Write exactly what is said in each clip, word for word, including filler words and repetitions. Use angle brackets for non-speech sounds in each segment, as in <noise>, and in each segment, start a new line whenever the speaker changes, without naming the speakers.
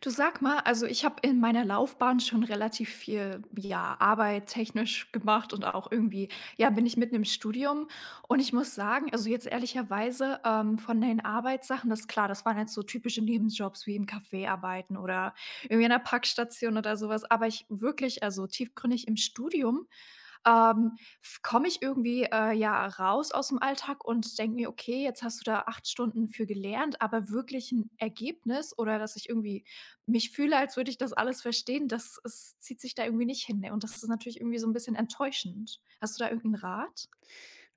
Du sag mal, also ich habe in meiner Laufbahn schon relativ viel, ja, Arbeit technisch gemacht und auch irgendwie, ja, bin ich mitten im Studium. Und ich muss sagen, also jetzt ehrlicherweise ähm, von den Arbeitssachen, das klar, das waren jetzt so typische Nebenjobs wie im Café arbeiten oder irgendwie an der Packstation oder sowas. Aber ich wirklich, also tiefgründig im Studium ähm, f komme ich irgendwie, äh, ja, raus aus dem Alltag und denke mir: „Okay, jetzt hast du da acht Stunden für gelernt“, aber wirklich ein Ergebnis oder dass ich irgendwie mich fühle, als würde ich das alles verstehen, das es zieht sich da irgendwie nicht hin, ne? Und das ist natürlich irgendwie so ein bisschen enttäuschend. Hast du da irgend 'n Rat?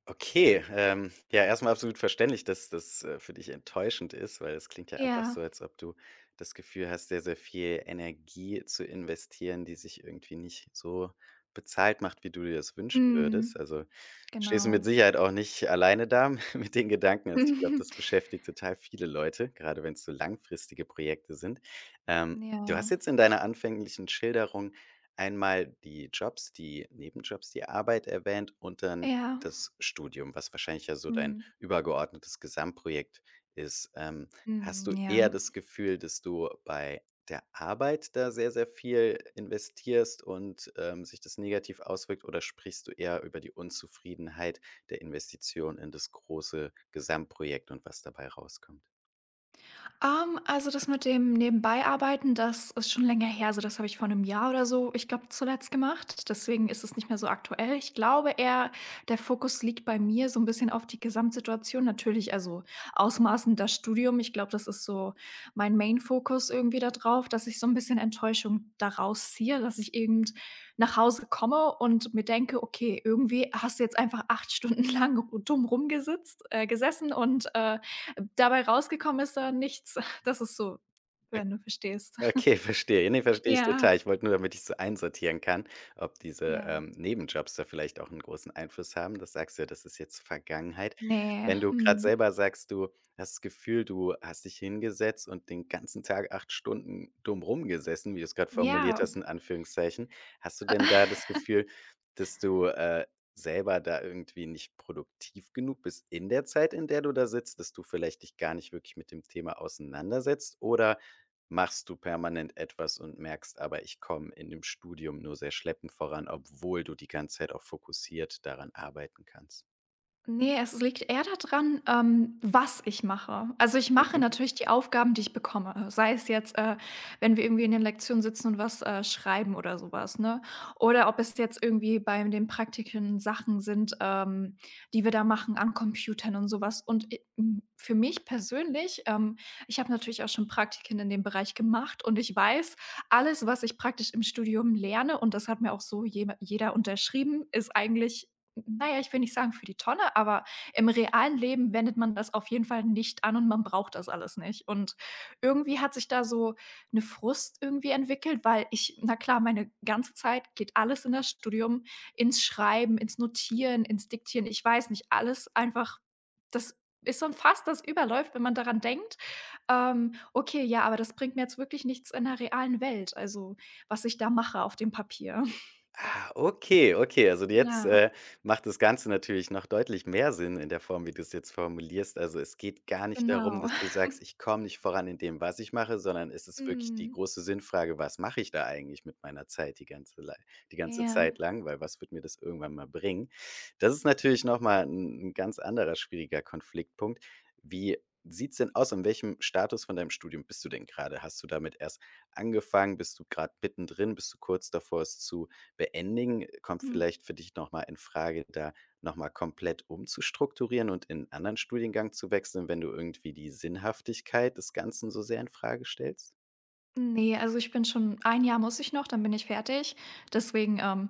Okay, ähm, ja, erstmal absolut verständlich, dass das, äh, für dich enttäuschend ist, weil es klingt ja einfach
Ja.
so, als ob du das Gefühl hast, sehr, sehr viel Energie zu investieren, die sich irgendwie nicht so bezahlt macht, wie du dir das wünschen würdest.
Mhm.
Also, stehst du
Genau.
mit Sicherheit auch nicht alleine da <laughs> mit den Gedanken. Also, ich glaube,
<laughs>
das beschäftigt total viele Leute, gerade wenn es so langfristige Projekte sind. Ähm, Du
Ja.
hast jetzt in deiner anfänglichen Schilderung einmal die Jobs, die Nebenjobs, die Arbeit erwähnt und dann
Ja.
das Studium, was wahrscheinlich ja so dein
Mhm.
übergeordnetes Gesamtprojekt ist. Ähm, hast
Mhm,
du eher
ja.
das Gefühl, dass du bei der Arbeit da sehr, sehr viel investierst und, ähm, sich das negativ auswirkt, oder sprichst du eher über die Unzufriedenheit der Investition in das große Gesamtprojekt und was dabei rauskommt?
Ähm, also das mit dem Nebenbeiarbeiten, das ist schon länger her. Also das habe ich vor einem Jahr oder so, ich glaube, zuletzt gemacht. Deswegen ist es nicht mehr so aktuell. Ich glaube eher, der Fokus liegt bei mir so ein bisschen auf die Gesamtsituation. Natürlich, also ausmaßend das Studium. Ich glaube, das ist so mein Main-Fokus irgendwie da drauf, dass ich so ein bisschen Enttäuschung daraus ziehe, dass ich irgend nach Hause komme und mir denke: „Okay, irgendwie hast du jetzt einfach acht Stunden <laughs> lang dumm rumgesitzt äh, gesessen und, äh, dabei rausgekommen ist da nichts.“ <laughs> Das ist so, wenn du verstehst.
Okay, verstehe. Ja, ne, verstehe ich total.
Ja,
Ich wollte nur, damit ich so einsortieren kann, ob diese,
ja.
ähm, Nebenjobs da vielleicht auch einen großen Einfluss haben. Das sagst du ja, das ist jetzt Vergangenheit.
Ne,
Wenn du gerade
mhm.
selber sagst, du hast das Gefühl, du hast dich hingesetzt und den ganzen Tag acht Stunden dumm rumgesessen, wie du es gerade formuliert
Ja,
hast in Anführungszeichen. Hast du denn da das Gefühl, dass du, äh, selber da irgendwie nicht produktiv genug bist in der Zeit, in der du da sitzt, dass du vielleicht dich gar nicht wirklich mit dem Thema auseinandersetzt? Oder machst du permanent etwas und merkst aber, ich komme in dem Studium nur sehr schleppend voran, obwohl du die ganze Zeit auch fokussiert daran arbeiten kannst.
ne, es liegt eher daran, ähm, was ich mache. Also, ich mache
Mhm.
natürlich die Aufgaben, die ich bekomme. Sei es jetzt, äh, wenn wir irgendwie in den Lektionen sitzen und was, äh, schreiben oder sowas, ne? Oder ob es jetzt irgendwie bei den Praktiken Sachen sind, ähm, die wir da machen an Computern und sowas. Und i hm, für mich persönlich, ähm ich habe natürlich auch schon Praktiken in dem Bereich gemacht und ich weiß, alles, was ich praktisch im Studium lerne und das hat mir auch so jeme jeder unterschrieben, ist eigentlich na ja, ich will nicht sagen für die Tonne, aber im realen Leben wendet man das auf jeden Fall nicht an und man braucht das alles nicht. Und irgendwie hat sich da so eine Frust irgendwie entwickelt, weil ich na klar, meine ganze Zeit geht alles in das Studium, ins Schreiben, ins Notieren, ins Diktieren. Ich weiß nicht, alles einfach das ist so 'n Fass, das überläuft, wenn man daran denkt. Ähm, okay, ja, aber das bringt mir jetzt wirklich nichts in der realen Welt, also was ich da mache auf dem Papier. <laughs>
Ah, okay, okay. Also jetzt,
Ja,
äh, macht das Ganze natürlich noch deutlich mehr Sinn in der Form, wie du es jetzt formulierst. Also, es geht gar nicht darum,
genau.
dass du
<laughs>
sagst: „Ich komme nicht voran in dem, was ich mache“, sondern es ist wirklich die
Mhm.
große Sinnfrage: „Was mache ich da eigentlich mit meiner Zeit die ganze lei die ganze
Ja,
Zeit lang, weil was wird mir das irgendwann mal bringen?“ Das ist natürlich noch mal ein ganz anderer schwieriger Konfliktpunkt. Wie sieht es denn aus? In welchem Status von deinem Studium bist du denn gerade? Hast du damit erst angefangen? Bist du gerade mittendrin? Bist du kurz davor, es zu beendigen, äh, kommt
mhm.
vielleicht für dich nochmal in Frage, da nochmal komplett umzustrukturieren und in 'nen anderen Studiengang zu wechseln, wenn du irgendwie die Sinnhaftigkeit des Ganzen so sehr in Frage stellst?
Ne, also ich bin schon ein Jahr muss ich noch, dann bin ich fertig. Deswegen, ähm,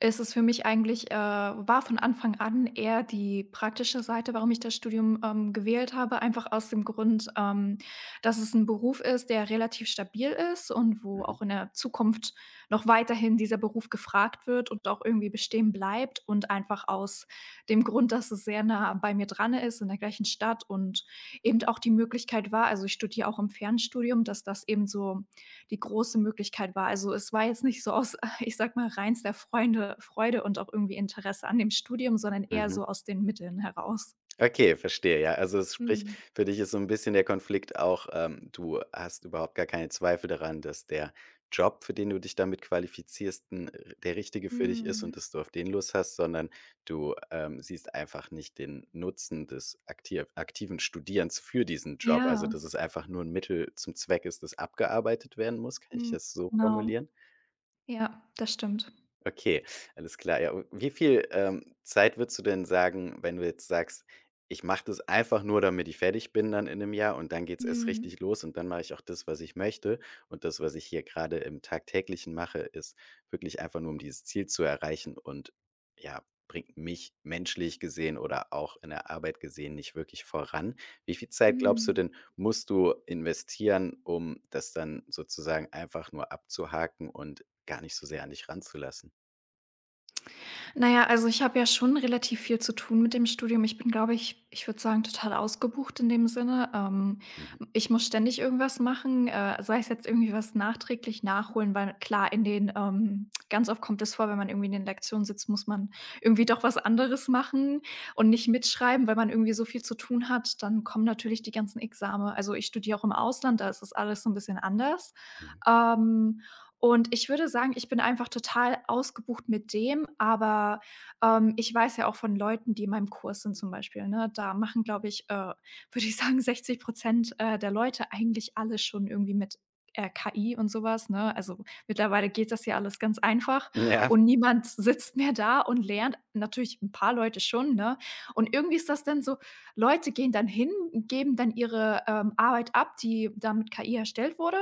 ist es für mich eigentlich äh, war von Anfang an eher die praktische Seite, warum ich das Studium, ähm, gewählt habe, einfach aus dem Grund, ähm, dass es ein Beruf ist, der relativ stabil ist und wo
Mhm,
auch in der Zukunft noch weiterhin dieser Beruf gefragt wird und auch irgendwie bestehen bleibt und einfach aus dem Grund, dass es sehr nah bei mir dran ist, in der gleichen Stadt und eben auch die Möglichkeit war also, ich studiere auch im Fernstudium, dass das eben so die große Möglichkeit war. Also, es war jetzt nicht so aus ich sag mal, reinster Freunde Freude und auch irgendwie Interesse an dem Studium, sondern eher
mhm.
so aus den Mitteln heraus.
Okay, verstehe, ja. Also, es sprich,
Mhm.
für dich ist so 'n bisschen der Konflikt auch, ähm, du hast überhaupt gar keine Zweifel daran, dass der Job, für den du dich damit qualifizierst, 'n r der richtige für dich ist und
Mhm.
dass du auf den Lust hast, sondern du, ähm, siehst einfach nicht den Nutzen des aktiv aktiven Studierens für diesen Job. Also,
Ja,
dass es einfach nur 'n Mittel zum Zweck ist, das abgearbeitet werden muss. Kann ich
mhm.
das so
Genau.
formulieren?
Ja, das stimmt.
Okay, alles klar. Ja, und wie viel, ähm, Zeit würdest du denn sagen, wenn du jetzt sagst: „Ich mache das einfach nur, damit ich fertig bin dann in einem Jahr und dann geht es erst
Mhm.
richtig los und dann mache ich auch das, was ich möchte. Und das, was ich hier gerade im Tagtäglichen mache, ist wirklich einfach nur, um dieses Ziel zu erreichen und, ja, bringt mich menschlich gesehen oder auch in der Arbeit gesehen nicht wirklich voran.“ Wie viel Zeit glaubst du
Mhm.
denn, musst du investieren, um das dann sozusagen einfach nur abzuhaken und gar nicht so sehr an dich ranzulassen?
Na ja, also ich habe ja schon relativ viel zu tun mit dem Studium. Ich bin, glaube ich ich würde sagen, total ausgebucht in dem Sinne. Ähm,
Mhm,
ich muss ständig irgendwas machen, äh, sei es jetzt irgendwie was nachträglich nachholen, weil klar, in den ähm, ganz oft kommt es vor, wenn man irgendwie in den Lektionen sitzt, muss man irgendwie doch was anderes machen und nicht mitschreiben, weil man irgendwie so viel zu tun hat. Dann kommen natürlich die ganzen Exame. Also, ich studiere auch im Ausland, da ist das alles so ein bisschen anders.
mhm.
Ähm und ich würde sagen, ich bin einfach total ausgebucht mit dem, aber, ähm, ich weiß ja auch von Leuten, die in meinem Kurs sind zum Beispiel, ne? Da machen, glaube ich, äh, würde ich <laughs> sagen, sechzig äh, der Leute eigentlich alles schon irgendwie mit, äh, K I und sowas ne? Also, mittlerweile geht das ja alles ganz einfach
Ja,
und niemand sitzt mehr da und lernt. Natürlich ein paar Leute schon, ne? Und irgendwie ist das dann so, Leute gehen dann hin, geben dann ihre, ähm, Arbeit ab, die da mit K I erstellt wurde,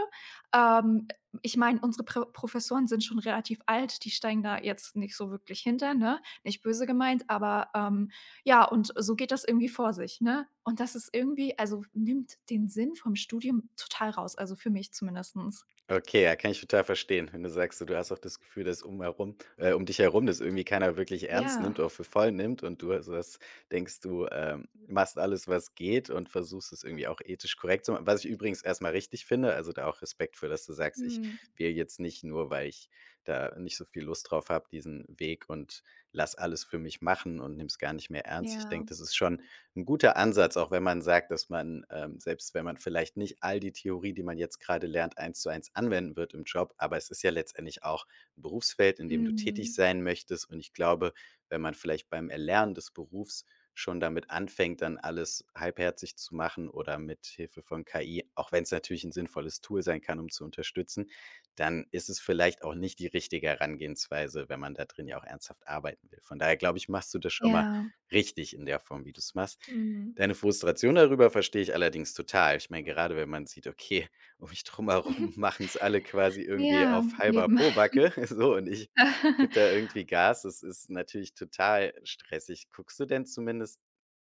ähm, ich meine, unsere Pro Professoren sind schon relativ alt, die steigen da jetzt nicht so wirklich hinter, ne? Nicht böse gemeint, aber ähm, ja, und so geht das irgendwie vor sich, ne? Und das ist irgendwie also nimmt den Sinn vom Studium total raus, also für mich zumindestens.
okay, ja, kann ich total verstehen, wenn du sagst, so, du hast auch das Gefühl, dass um herum äh, um dich herum das irgendwie keiner wirklich ernst nimmt
Ja.
oder für voll nimmt und du also das denkst, du, ähm, machst alles, was geht und versuchst es irgendwie auch ethisch korrekt zu machen, was ich übrigens erstmal richtig finde, also, da auch Respekt für, dass du sagst: „Ich
Mhm.
wähle jetzt nicht nur, weil ich da nicht so viel Lust drauf habe, diesen Weg und lass alles für mich machen und nehme es gar nicht mehr ernst.“ Ich denke,
Ja.
das ist schon ein guter Ansatz, auch wenn man sagt, dass man, ähm selbst wenn man vielleicht nicht all die Theorie, die man jetzt gerade lernt, eins zu eins anwenden wird im Job, aber es ist ja letztendlich auch ein Berufsfeld, in dem du tätig
Mhm.
sein möchtest. Und ich glaube, wenn man vielleicht beim Erlernen des Berufs schon damit anfängt, dann alles halbherzig zu machen oder mit Hilfe von K I, auch wenn es natürlich ein sinnvolles Tool sein kann, um zu unterstützen, dann ist es vielleicht auch nicht die richtige Herangehensweise, wenn man da drin ja auch ernsthaft arbeiten will. Von daher glaube ich, machst du das schon mal
Ja.
richtig in der Form, wie du es machst.
Mhm.
Deine Frustration darüber verstehe ich allerdings total. Ich meine, gerade wenn man sieht, okay, <laughs> um mich drumherum
<laughs>
machen es alle quasi irgendwie
Ja,
auf halber
eben.
Pobacke, <laughs> so, und ich
<laughs>
gebe da irgendwie Gas. Das ist natürlich total stressig. Guckst du denn zumindest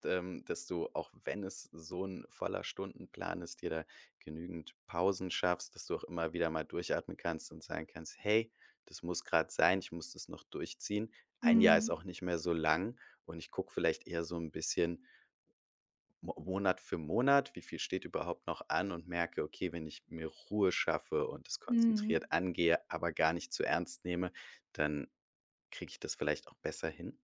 ähm, dass du, auch wenn es so ein voller Stundenplan ist, dir da genügend Pausen schaffst, dass du auch immer wieder mal durchatmen kannst und sagen kannst: „Hey, das muss gerade sein, ich muss das noch durchziehen. Ein Jahr ist
Mhm.
auch nicht mehr so lang, und ich gucke vielleicht eher so ein bisschen Mo Monat für Monat, wie viel steht überhaupt noch an?“ und merke: „Okay, wenn ich mir Ruhe schaffe und es
Mhm.
konzentriert angehe, aber gar nicht zu ernst nehme, dann kriege ich das vielleicht auch besser hin.“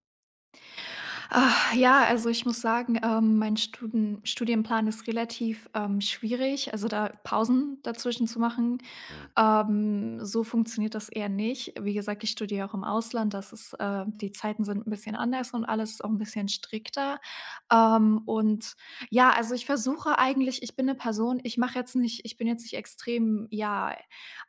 Ah, ja, also ich muss sagen, ähm, mein Studen Studienplan ist relativ, ähm, schwierig, also da Pausen dazwischen zu machen.
Mhm.
Ähm, so funktioniert das eher nicht. Wie gesagt, ich studiere auch im Ausland, das ist äh, die Zeiten sind ein bisschen anders und alles ist auch ein bisschen strikter. Ähm, und ja, also, ich versuche eigentlich ich bin eine Person, ich mache jetzt nicht ich bin jetzt nicht extrem, ja,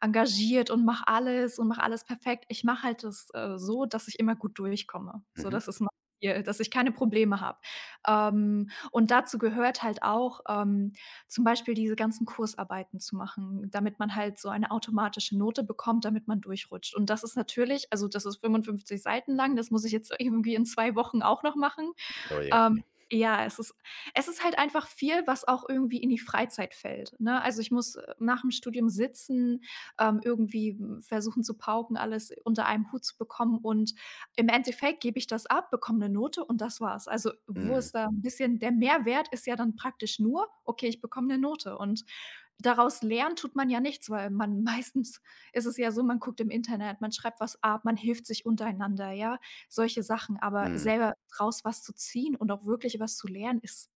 engagiert und mache alles und mache alles perfekt. Ich mache halt das, äh, so, dass ich immer gut durchkomme. So,
Mhm.
das ist mein Ziel, dass ich keine Probleme habe. Ähm, und dazu gehört halt auch, ähm zum Beispiel diese ganzen Kursarbeiten zu machen, damit man halt so eine automatische Note bekommt, damit man durchrutscht. Und das ist natürlich also, das ist fünfundfünfzig Seiten lang, das muss ich jetzt irgendwie in zwei Wochen auch noch machen.
Oh, ja.
Ähm, ja, es ist es ist halt einfach viel, was auch irgendwie in die Freizeit fällt, ne? Also, ich muss äh, nach dem Studium sitzen, ähm, irgendwie, hm, versuchen zu pauken, alles unter einem Hut zu bekommen und im Endeffekt gebe ich das ab, bekomme eine Note und das war's. Also, wo
Mhm.
ist da ein bisschen der Mehrwert ist ja dann praktisch nur: „Okay, ich bekomme eine Note“ und daraus lernen tut man ja nichts, weil man <laughs> meistens ist es ja so, man guckt im Internet, man schreibt was ab, man hilft sich untereinander, ja? Solche Sachen, aber
Mhm.
selber draus was zu ziehen und auch wirklich was zu lernen, ist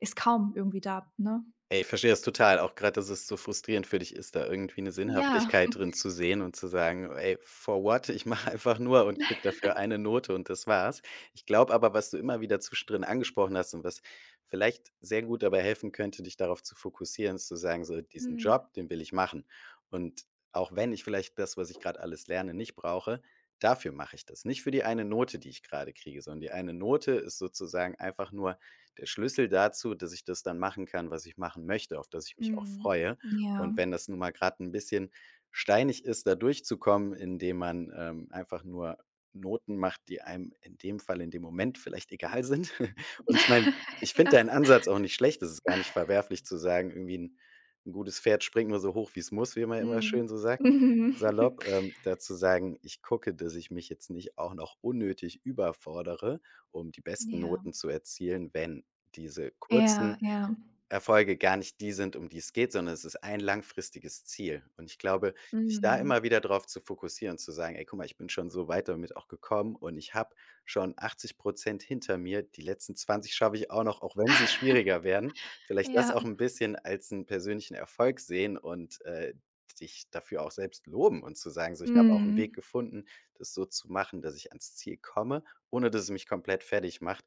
ist kaum irgendwie da, ne?
Ey, ich verstehe das total, auch gerade, dass es so frustrierend für dich ist, da irgendwie 'ne
Ja.
Sinnhaftigkeit drin zu sehen und zu sagen: „Ey, for what? Ich mache einfach nur und kriege dafür eine Note und das war's.“ Ich glaube aber, was du immer wieder zwischendrin angesprochen hast und was vielleicht sehr gut dabei helfen könnte, dich darauf zu fokussieren, ist zu sagen, so: „Diesen
Mhm.
Job, den will ich machen. Und auch wenn ich vielleicht das, was ich grad alles lerne, nicht brauche, dafür mache ich das.“ Nicht für die eine Note, die ich grade kriege, sondern die eine Note ist sozusagen einfach nur der Schlüssel dazu, dass ich das dann machen kann, was ich machen möchte, auf das ich mich auch
Mhm.
freue.
Mhm. Ja.
Und wenn das nun mal gerade ein bisschen steinig ist, da durchzukommen, indem man, ähm, einfach nur Noten macht, die einem in dem Fall, in dem Moment vielleicht egal sind. <laughs> Und ich meine,
<laughs>
ich
Ja.
finde deinen Ansatz auch nicht schlecht. Es ist gar nicht verwerflich zu sagen, irgendwie ein 'n gutes Pferd springt nur so hoch, wie es muss, wie man immer schön
Mhm.
so sagt,
Mhm.
salopp.
<laughs>
Ähm, da sagen: „Ich gucke, dass ich mich jetzt nicht auch noch unnötig überfordere, um die besten
Ja.
Noten zu erzielen, wenn.“ diese kurzen
Ja, ja.
Erfolge gar nicht die sind, um die es geht, sondern es ist ein langfristiges Ziel. Und ich glaube, dich da
Mhm.
immer wieder drauf zu fokussieren, zu sagen: „Ey, guck mal, ich bin schon so weit damit auch gekommen und ich habe schon achtzig hinter mir. Die letzten zwanzig schaffe ich auch noch, auch wenn sie schwieriger werden.“ Vielleicht das
Ja.
auch ein bisschen als einen persönlichen Erfolg sehen und, äh, dich dafür auch selbst loben und zu sagen, so: „Ich habe auch einen Weg
Mhm.
gefunden, das so zu machen, dass ich ans Ziel komme, ohne dass es mich komplett fertig macht.“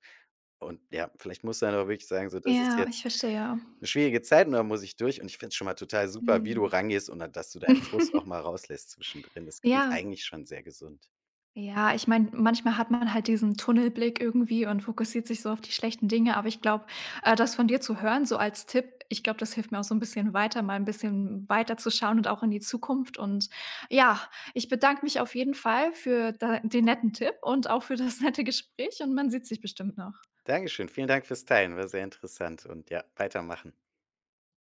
Und ja, vielleicht muss du dann auch wirklich sagen, so: „Das ist
Ja, ich
jetzt“
verstehe.
'ne schwierige Zeit, und da muss ich durch, und ich finde es schon mal total super, wie du
Mhm.
rangehst und da dass du deinen Frust auch
<laughs>
mal rauslässt zwischendrin. Das klingt
Ja.
eigentlich schon sehr gesund.
Ja, ich meine, manchmal hat man halt diesen Tunnelblick irgendwie und fokussiert sich so auf die schlechten Dinge, aber ich glaube, äh, das von dir zu hören, so als Tipp, ich glaube, das hilft mir auch so ein bisschen weiter, mal ein bisschen weiter zu schauen und auch in die Zukunft und ja, ich bedanke mich auf jeden Fall für da den netten Tipp und auch für das <laughs> nette Gespräch und man sieht sich bestimmt noch.
Dankeschön, vielen Dank fürs Teilen, war sehr interessant und ja, weitermachen.